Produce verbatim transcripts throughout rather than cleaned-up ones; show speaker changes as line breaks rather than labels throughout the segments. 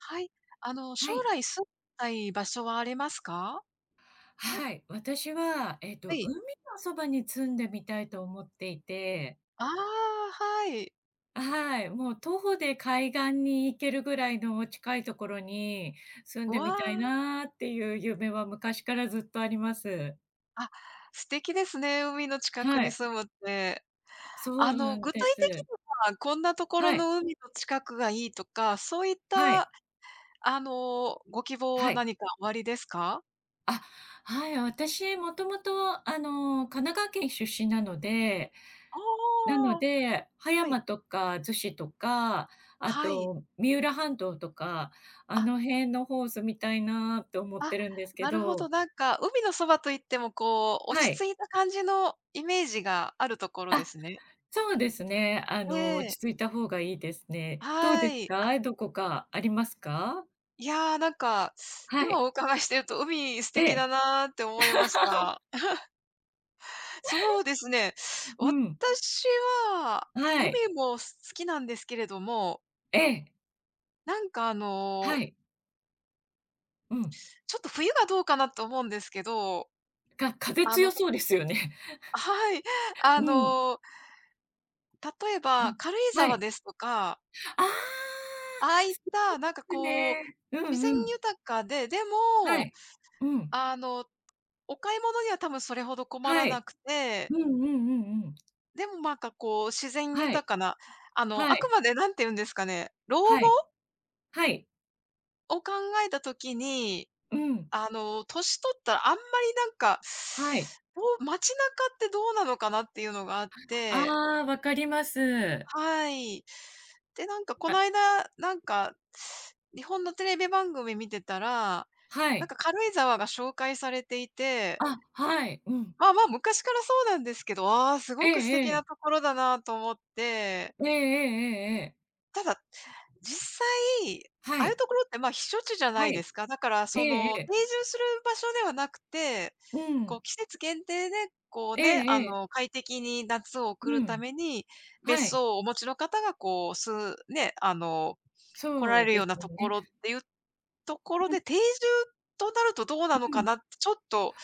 はい。あの、
は
将
い。
来住みたい場所はありますか？
はい。私は、えっ
は
と、
い。
海のそばに住んでみたいと思っていて、
ああ、はい。
はい、もう徒歩で海岸に行けるぐらいの近いところに住ん
う
で
わ
みたいなっていう夢は昔からずっとあります。
あ、あ、素敵ですね、海の近く
は
に
い、
住むって。
そ
あ
うな
の、
ん
具
で
体
す。
的には、こんなところ
はい、
の海の近くがいいとか、そういっ
はい、
た、あの、ご希望
は
は
い。
何かおありですか？
あ、はい、私もともと、あの、神奈川県出身なので、
あ
なの
あ、
で、葉
はい。
山とか逗子とか、あ
はい。
と三浦半島とか、あ
あ、
の辺の方住みたいなと思っ
あ、
てるんですけ
なるほど、
ど。
なんか、海のそばといっても、こう、落
は
ち
い。
着いた感じのイメージがあるところで
あ、
すね。
そうですね。あの、
え
落ち
え。
着いた方がいいですね。どう
は
です
い。あ、
か？どこかありますか？
いやー、なんか、
は
今
い。
お伺いしてると海素
え
敵
え。
だなーって思いました。そうですね。
うん。
私は、
は
海
い。
も好きなんですけれども、
ええ。
なんかあ
は
の、
い。うん。
ちょっと冬がどうかなと思うんですけど、
か風
あ
強
の
そうですよね。
はい。あ
うん。
の、例え
う
ば
ん。
軽井
は
沢
い。
ですとか、
ああ、
ああいったなんか
です
こう、
ね。う
自
ん
然
うん。
豊かで、で
は
も、
い。うん。
あの、お買い物には多分それほど困
は
らな
い。
くて
うんうんうんうん。
でもなんかこう、自然
は
豊
い、
かな、あの、
は
あく
い、
までなんて言うんですかね、老後
はい、はい。
を考えた時に、
うん。
あの、年取ったらあんまりなんか、
はい。
どう街中ってどうなのかなっていうのがあっ
あ
て
あ、わかります。
はい。で、なんかこ
あ、
の間、なんか、日本のテレビ番組見てたら、
は
なん
い。
か軽井沢が紹介されていて、
あ、はい。うん。
まあまあ、昔からそうなんですけど、ああ、す
え
ごく素
え
敵
え
なと
え。
ころだなと思って
ええええええ。
実際、
は
ああいう
い、
ところって、ま、あ避暑地じゃな
は
いで
い。
すか。だから、
え
そ
え
の、
ええ。
定住する場所ではなくて、
う
こう、
ん。
季節限定で、こう
え
ね、あ
えええ。
の、快適に夏を送
う
るた
ん。
めに、
は
別
い。
荘をお持ちの方が、こう、すね、あの、来ら
そ
れ
う
る
で
よう
す
なとこ
ね。
ろっていうところ
う
で、定住となるとどうな
ん
の
う
か
ん。
なって、ちょっと、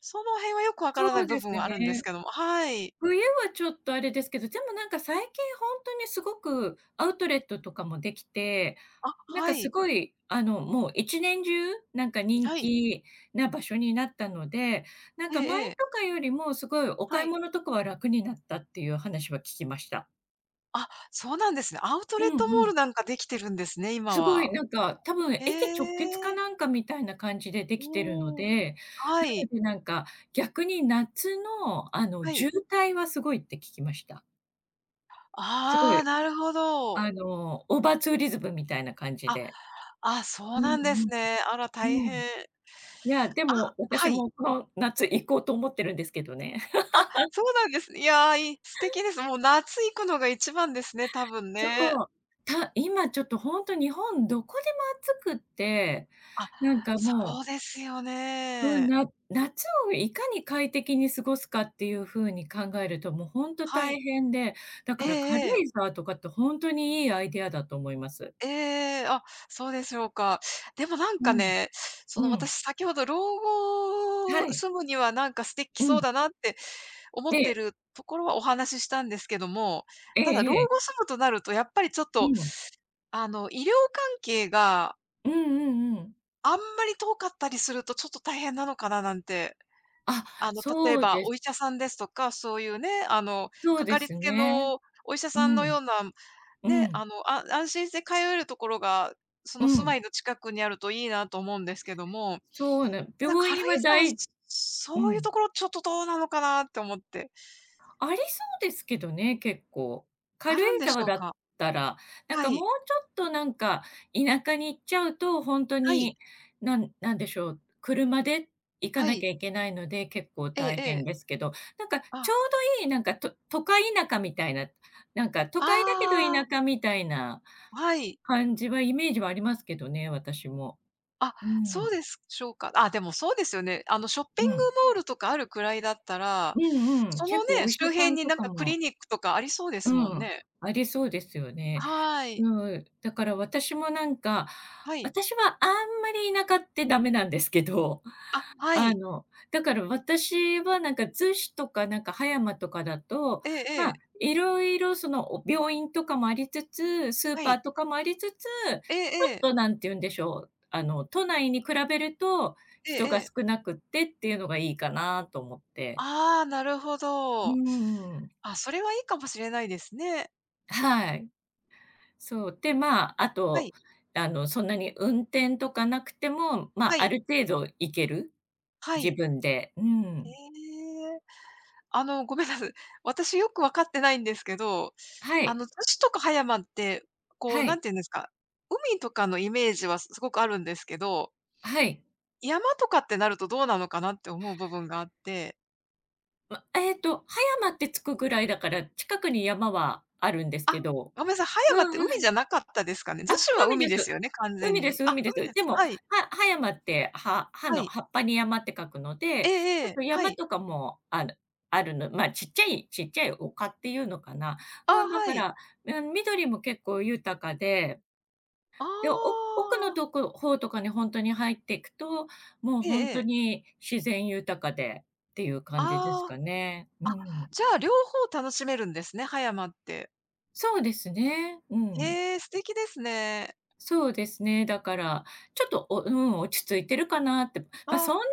その辺はよくわか
そ
らない
う
部
です
分はあるんです
ね。
けどもはい。
冬はちょっとあれですけど、でもなんか最近本当にすごくアウトレットとかもできて、
あ、
なん
は
かす
い。
ごい、あの、もう一年中、なんか人
はい。
気な場所になったので、なん
え
か前
えええ。
とかよりもすごいお
は
買い
い。
物とかは楽になったっていう話は聞きました。
あ、そうなんですね。アウト
う
レッ
ん
ト
う
モー
ん。
ルなんかできてるんですね、今
すごい
は。
なんか、多分
へ
駅直結か
え。
なんかみたいな感じでできてるの
うん。
で、
は
なの
い、
でなんか、逆に夏のあの、
はい。
渋滞はすごいって聞きました。すご
ああ、
い
なるほど。
あの、オーバーツーリズムみたいな感じ
あ、
で。
あ、そ
う
う
ん
なんですね。あら、
う
大
ん、うん。
変。
いや、でも、
あ、は
私
い。
もこの夏行こうと思ってるんですけどね。
あ、そうなんですね。いや、いい素敵です。もう夏行くのが一番ですね、多 分
そ
ね。
う。た今ちょっとほんと日本どこでも暑くって、
あ、
なんか
そ
も
うですよ
う、うん、
ね。
な夏をいかに快適に過ごすかっていう風に考えると、もうほんと
は
大
い。
変で、だ
え
から軽
えええ。
井沢とかってほんとにいいアイデアだと思います。
ええ、あ、そうでしょうか。でもなん
う
か
ん、
ね、その
うん、
私先ほど老
は
後
い、
住むにはなんか素敵
う
そう
ん、
だなって思っ
え
て
え、
るところはお話ししたんですけども、
ええ
ただ老後
ええ、
住むとなるとやっぱりちょっ
う
と、
ん、
あの、医療関係が
うんうんうん。
あんまり遠かったりするとちょっと大変なのかななんて
あ、
あの、例え
そう
ば
で
お
す。
医者さんですとか、そういうね、あの、
そう
か
で
かり
す
つけ
ね。
のお医者
う
さんの
ん、
ような、
う
ね、
ん、
あの、あ安心して通えるところが、そ
う
の住ま
ん。
いの近くにあるといいなと思うんですけども、
そうな
ただ
病
軽井
院はだ
沢、そ
いう
そういう
ん、
ところちょっとどうなのかなって思って。
ありそうですけどね、結構。
あ
軽井
るんでし
沢
ょう
だっ
か？
たら、なん
は
かもう
い。
ちょっとなんか、田舎に行っちゃうと、ほんと
はい。
に、なんなんでしょう、車で行か
は
なき
い。
ゃいけないので、結構
ええ
大
え
変
え。
ですけど、なんかちょ
あ、
うどいい、なんか、と都会田舎みたいな、なんか都会だけど
ああ、
田舎みたいな
はい。
感じはイメージはありますけどね、私も。
あ、
うん、う
そう
ん。
でしょうか。あ、でもそうですよね。あの、ショッピングモールとかあるくらいだった
う
ら、
んうん。
そ
結
の
構お
ね、
医者
周
さ
辺
ん
に
と
なん
か
かクリ
も、
ニックとかありそうで
う
すもん
ん、
ね。
ありそうですよね。
はい。
うん、だから私もなんか、
はい。
私はあんまり田舎ってダメなんですけど、
あ、は
あ
い。
の、だから私はなんか逗子とかなんか葉山とかだと、
ええ
ま
え
あ、
え。
いろいろその、お病院とかもありつつ、スー
は
パ
い。
ーとかもありつつ、ちょ
えええ
っ
え。
となんて言うんでしょう、あの、都内に比べると
ええ
人が
ええ。
少なくってっていうのがいいかなと思って。
ああ、なるほ
うー
ど。
ん、
あ、それはいいかもしれないですね。
はい。そう、で、まあ、あ
は
と、
い。
あの、そんなに運転とかなくても、ま
は
あ、あ
い。
る程度行ける、
は
自
い。
分で。う
へ
ん。
え。あの、ごめんなさい。私よくわかってないんですけど、
は
あ
い、
の、逗子とか葉山って、こう、
は
なん
い、
て言うんですか、海とかのイメージはすごくあるんですけど、
はい。
山とかってなるとどうなのかなって思う部分があって。
ま、えっと、葉山って着くぐらいだから、近くに山はあるんです
あ、
けど。
ごめんなさい、葉
う
山って
んう
海
ん
じゃなかったですかね？逗
あ、
子は
海で
海です
す。
よね、完全
海で
に。
す
あ、
海で
海
す。
です。
でも、
はい、
は葉山って、は葉
は
の
い。
葉っぱに山って書くの
え
で、
え
ち
え
ょっ
え、
と
は
山
い。
とかもあるあるのま、ちっちゃいちっちゃい丘っていうのかな。
あ
う
あ、
ん、だ
は
か
い。
ら、うん、緑も結構豊かで、で、
あ
お奥のと
あ。
こ方とかにほんとに入っていくと、もう
ええ
ほん
え
と
え。
に自然豊かでっていう感じです
あ
かね。う
あ、あ、
ん。
じゃあ両方楽しめるんですね、葉山って。
そうですね。うん。
へえ、素敵ですね。
そうですね。だから、ちょっと、おうん、落ち着いてるかなって。
あ
まあ、そん
あ。
な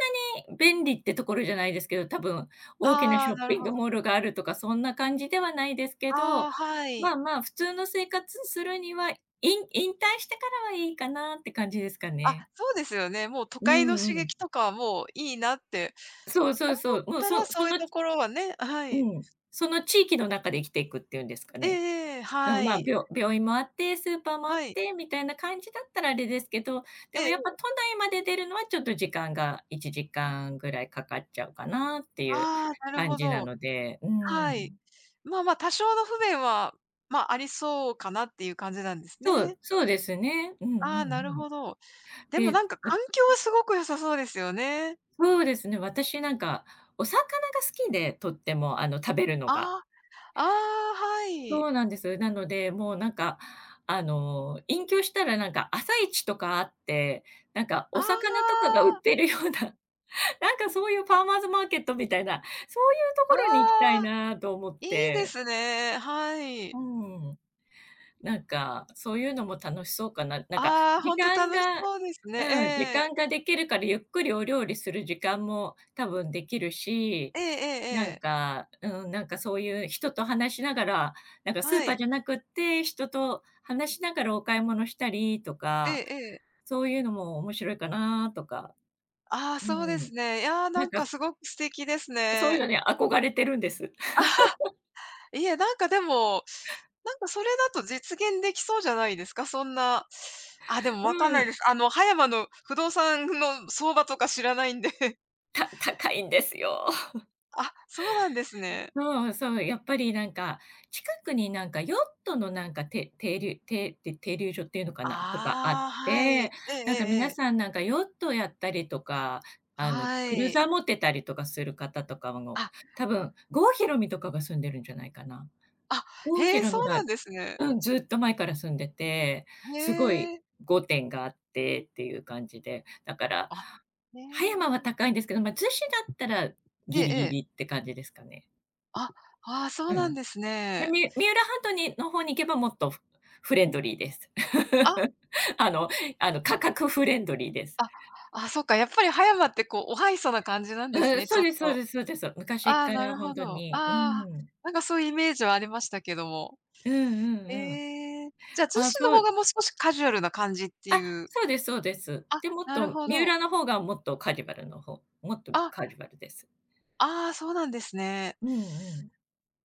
に便利ってところじゃないですけど、多分大きなシ
ああ、
ョッ
なる
ピン
ほ
グ
ど。
モールがあるとかそんな感じではないですけど、
ああ、は
まあ
い。
まあ、普通の生活するには、引引退してからはいいかなって感じですか
あ、
ね。
そうですよね。もう都
う
会の
んう
刺
ん。
激とかはもういいなって
そうそう
思っ
そう。もう
た
そ
ら、そ
そ
ういう
の
ところはねはい。
うん、その地域の中で生きていくっていうんですか
ええ
ね。
ええ、
うん、
は
まあ、
い。
病病院もあって、スーパーもあ
は
っ
い。
てみたいな感じだったらあれですけど、でも
え
やっぱ
え
都内まで出るのはちょっと時間がいちじかんぐらいかかっちゃうかなっていう
ああ、なる
感
ほ
じな
ど。
ので、う
はい。
ん。
まあまあ、多少の不便は、まあ、ありそうかなっていう感じなんです
そう、
ね。
そうですね。うんうん
ああ、なる
うん。
ほど。でも
で、
なんか
わ
環境はすごく良さそうですよね。
そうですね、私なんかお魚が好きで、とっても、あの、食べるの
あ
が。
あ、ああ、はい。
そうなんです。なので、もうなんか、あの、隠居したらなんか朝市とかあって、なんか
あ
お魚とか
あ、
が売ってるようななんかそういうファーマーズマーケットみたいな、そういうとこ
あ
ろに行きたい
あ、
なと思っ
いいで
て。
すね。は
う
い。
ん。なんか、そういうのも楽しそうかな。なんか、
ああ、
時
ほんと
間
楽し
が
そうですね。
うん、時
ええ。
間ができるからゆっくりお料理する時間も多分できるし、
ええええ
な
え
ん
え。
か、うん、なんかそういう人と話しながら、なんかスー
は
パー
い。
じゃなくって、人と話しながらお買い物したりと
ええ
か、
ええ。
そういうのも面白いかなとか。
ああ、
う
そうで
ん。
すね。いや、
な
な
ん
ん
か、
かすごく素敵です
そういう
ね。
のに憧れてるんです。
あ、いえ、なんかでも、なんかそれだと実現できそうじゃないですか？そんなあ、でもわかん
う
ない
ん、
です。あの、葉山の不動産の相場とか知らないんで。
た高いんですよ。
あ、そうなんですね。
そうそう、やっぱりなんか、近くになんかヨットのなんか、て停留てて停留所っていうのかな、とかあっ
ああ、はい。
て、
ええええ
なんか
え
皆
え。
さんなんかヨットやったりとか、あの、
は
クルー
い。
ザー持ってたりとかする方とかも、
あ、
多分、郷ひろみとかが住んでるんじゃないかな。
あ、
郷
へ
ひ
え、
ろみ
そう
が
なんですね。
うん、ずっと前から住んでて、
へ
すごい
え。
ご殿があってっていう感じで、だから、
あ、へ
葉山は
え。
高いんですけど、ま、逗子だったら
ええ
ギリ
え
ギ
え。
リって感じですかね。
あ、ああ、そ
う
うなん
ん。
です
で、
ね。
み三浦半島にの方に行けばもっとフフレンドリーです。
あ、
あのあの、価格フレンドリーです。
あ、あ、そっか、やっぱり葉山ってこう、おはいそな感じなんで
う
す
ん、
ね、ち
そ
ょ
う
っ
ですそう
と。
ですそうです。昔
ああ、
か
な
ら
る
ほん
ほ
と
ど。
に。う
ああ、
ん。
なんかそういうイメージはありましたけども。
うんう
え
んうん。
え、じゃあ、逗
あ、
子の
そ
方
う
がもう少しカジュアルな感じってい
あ、
う。
そうですそうです。
あ、
で、もっ
なる
と
ほ
三
ど。
浦の方がもっとカーニバルの方もっと
あ、
カーニバルです。
ああ、そうなんですね。
うんうん。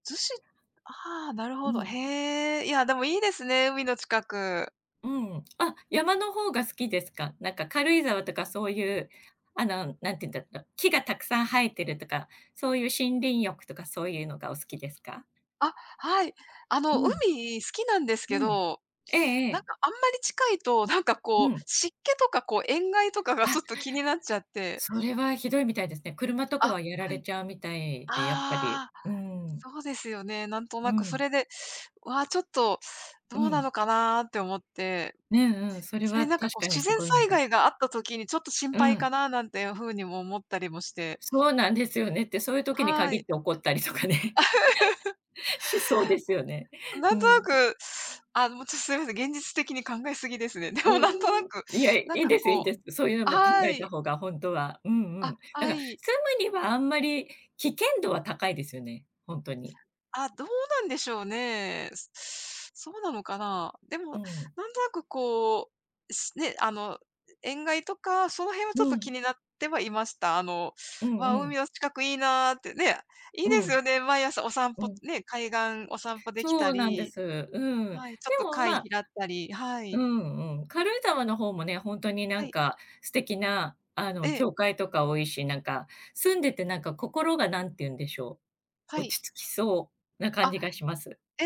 逗子ああ、なる
う
ほど。
ん。
へえ、いや、でもいいですね、海の近く。
うん。あ、山の方が好きですか？なんか軽井沢とかそういう、あの、なんて言うんだろう、木がたくさん生えてるとか、そういう森林浴とかそういうのがお好きですか？
あ、はい。あ
う
の、
ん、
海好きなんですけ
うん。
ど、
えええ
なんか
え。
あんまり近いと、なんかこ
う
う、
ん。
湿気とかこう塩害とかが
あ、
ちょっと気になっちゃって。
それはひどいみたいですね。車とか
あ、
はやら
は
れ
い。
ちゃうみたいで、やっぱり。
ああ、
うん。
そうですよね。なんと
う
なくそ
ん。
れで、わ、ちょっと
う
どうな
ん。
のかなって思って、
うんうん、それ
それ
は
になん
確
かこう
かに
自
す
然
ごいみ
災
たい。
害があった時にちょっと心
う
配
ん、
かななんていう風にも思ったりもして。
そうなんですよねって、そういう時に
は
限っ
い。
て怒ったりとかね、しそうですよね。
な
う
んとな
ん。
く、あ、もうちょっとすみません、現実的に考えすぎですね。でもなんとな
う
く、
ん。いや、い
なん
いん
か
ですいいん
こ
です。そういうの
う
も考
は
えた
い。
方が本当は。うんう
あ、
ん。だ
は
から住
い。
むにはあんまり危険度は高いですよね、本当に。
あ、どうなんでしょうね。すそうなのかな。で
う
も、
ん。
なんとなくこう、しね、あの、塩害とか、その辺はちょっ
う
と気
ん。
になってはいました。あの、
うん
ま
う
あ、
ん。
海の近くいいなーってね、いい
う
です
ん。
よね。毎朝お散
う
歩、
ん。
ね、海岸お散歩でき
そ
た
うなんで
り、
す。うん。で
はい、ちょっと
も、
貝
ま、
拾
あ
ったり、は
う
い。
んうん。軽井沢の方もね、ほんとにな
は
ん
い。
か素敵な、あ
え
の、
え、
教会とか多いし、なんか、住んでてなんか心が何て言うんでしょう、
はい。
落ち着きそうな感
あ、
じがします。
え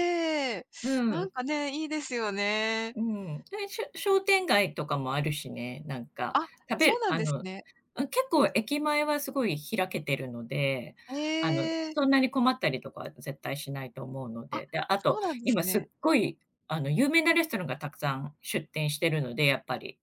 え。
う
なん
ん、
かね、いいですよね。
うん。で、しょ商店街とかもあるしね、なんか、
あ、
食べ
そう
る
なん
あ
です
の、
ね。
うん、結構駅前はすごい開けてるので、あの、
ええ。
そんなに困ったりとかは絶対しないと思うの
あ、
で、で、あ
そ
と、
うなんです
今すっ
ね。
ごい、あの、有名なレストランがたくさん出店してるので、やっぱり。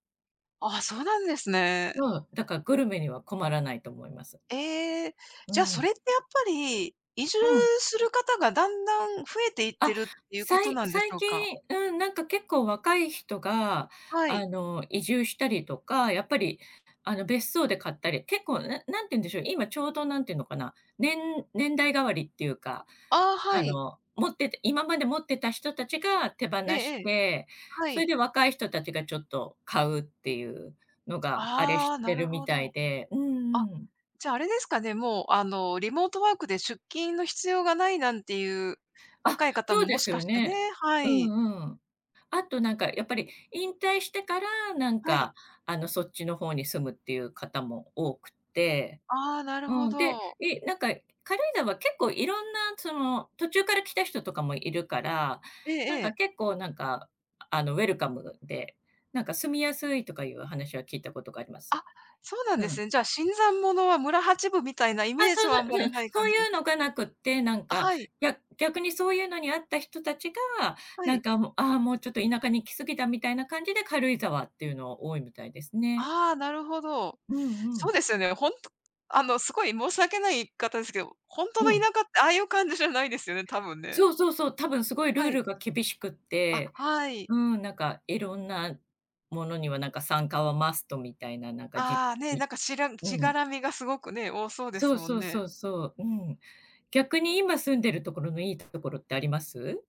ああ、そうなんですね。
うん、だからグルメには困らないと思います。
ええ、
う
じゃあ、そ
ん。
れってやっぱり、移住
うん。
する方がだんだん増えていっ
あ、
てるっていうこ
さ
と
い
なんでし
最
ょうか？
近、うん、なんか結構若い人が、
は
あ
い。
の、移住したりとか、やっぱり、あの、別荘で買ったり、結構、ななんて言うんでしょう、今ちょうどなんて言うのかな、年年代代わりっていうか、
ああ、は
あ
い。
の、持ってて今まで持ってた人たちが手放
ええ
し
ええ、
て、
は
それ
い。
で若い人たちがちょっと買うっていうのがあれ
あ
し
あ、な
て
る
るみ
ほ
た
ど。
いで、うん
あ、
うん。
じゃあ、あれですかね、もう、あの、リモートワークで出勤の必要がないなんていう
あ、
若い方
そう
もも
で
し
す
か
よ
してね、
ね。
は
う
い。
んうん。あとなんかやっぱり引退してから、なん
はい。
かあの、そっちの方に住むっていう方も多くて、
ああ、なるほ
うん、で、
ど。
いなんか軽井沢結構いろんなその途中から来た人とかもいるから、
ええ
なん
え
か
え。
結構なんか、あの、ウェルカムで、なんか住みやすいとかいう話は聞いたことがあります。
あ、そうなん
う
です
ん。
ね。じゃあ、新参者は村八分みたいなイ
あ、
メー
そ
ジ
う
はあんま
そう、う
り
ん、
ない
そ
感
う
じで。
いうのがなくって、なん
あ、
か、
はい、
や逆にそういうのにあった人たちが、
は
なん
い。
かもう、ああ、もうちょっと田舎に行き過ぎたみたいな感じで、軽井沢っていうのは多いみたいですね。
ああ、なるほど。
うんう
そう
ん。
ですよね。ほんとあの、すごい申し訳ない言い方ですけど、ほんと
う
の田
ん。
舎ってああいう感じじゃないですよね、多分ね。
そうそうそう、多分すごいルー
はい。
ルが厳しくっ
あ、
て、
はい。
うん、なんかいろんなものにはなんか参加はマストみたいな、なんかじ
ああ、ね、
じ
なんかしらし
う
が
ん。
らみがすごくね、多そうで
そ
す
う
も
そ
ん
うそ
ね。
うそう、うん。逆に今住んでるところのいいところってあります？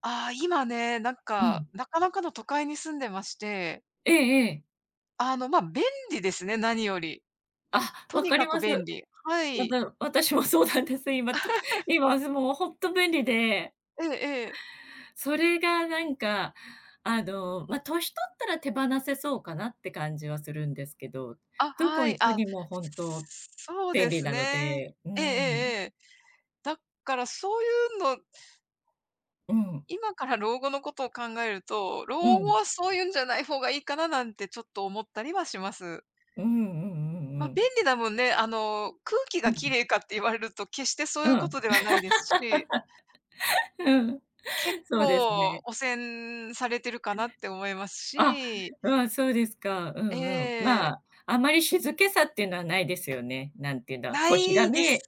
ああ、今ね、なん
うん。
か、なかなかの都会に住んでまして、
ええええ。
あの、ま、便利ですね、何より。
あ、
と
わ
に
か
か
り
く
ます。や
便利。は
っ
い。
ぱ、私もそうなんです。今と今もうほんと便利で、
ええええ。
それがなんか、あの、ま、年取ったら手放せそうかなって感じはするんですけど、
あ、
ど
は
こ
い。
行く
あ、
にも本当
そう
便
で
利
す
なの
ね。
で、う
えええ
ーん、
えええ。だからそういうの
うん、
今から老後のことを考えると、
う
老後
ん、
はそういうんじゃない方がいいかななんてちょっと思ったりはします。
うんうんうん
ま
う
あ、便
ん。
利なんね、あの、空気
う
が綺
ん、
麗かって言われると決してそうい
う
うこ
ん、
とではないですし、
うん、
結
そうです
構
ね。
汚染されてるかなって思います
あ、
し、
うん、そうですか。う
え
んうん。ま
え、
あ、あまり静けさっていうのはないですよね。なんていうんだ、
な
星が
い
見
です
え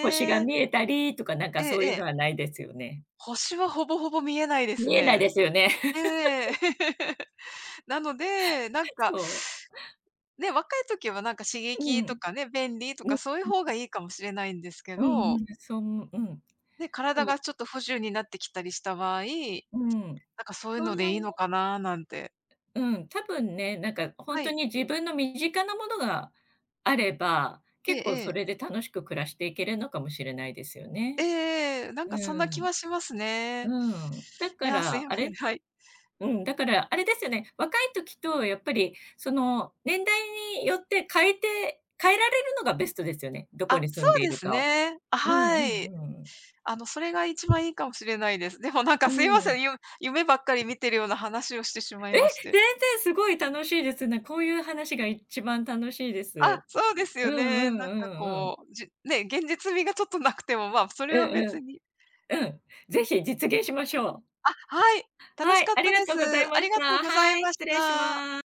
星が見えたりとか、なんか
ええ
そうい
え
うの
え、
はないですよね。
星はほぼほぼ見えないです
見えない
ね。
ですよね。
ええ。なので、なん か
そ
ね、若い時はなんか刺
う。う
激と
ん。
かね、便利と
う
か
ん。
そういう方がいいかもしれないんですけ
うんうんう
ど、
んそう、うん。
ね、体
そう、
がちょっと不自由になってきたりした場合、
うん。
なんかそういう
そ
の
んな
でいい
に
のかななんて。
うん、多分ね、なんか本
は
当
い。
に自分の身近なものがあれば、
ええ
結構
え
そ
え。
れで楽しく暮らしていけるのかもしれないですよね。
ええなん
う
かそんな気
ん。
はしますね。
うん。だ
い
か
や、す
ら、
いま
あ
せん、
れ
はい。
うん、だからあれですよね、若い時とやっぱりその年代によって変えて変えられるのがベストですよね、どこ
あ、
に住
そ
ん
う
でい
で
る
す
かを。
ね。あ、
うんう
はい。
んうん。
あの、それが一番いいかもしれないです。でもなん
う
かすいませ
ん。
ん、ゆ夢ばっかり見てるような話をしてしまいまして。
全然すごい楽しいですね。こういう話が一番楽しいで
あ、
す。
そうです
う
よ
ん
ね。
うん
な
う
んか
んうん。
こう、じね、現実味がちょっとなくても、まあ、そ
う
れ
ん
は
う
別
ん。
に
うん。ぜひ実現しましょう。
あ、はい、楽
は
し
い、
かっ
あり
た
が
で
とう
す。
ござい
あ
ま
り
し
がとう
た。
ござい
はい、
まし
失礼し
た。
ます。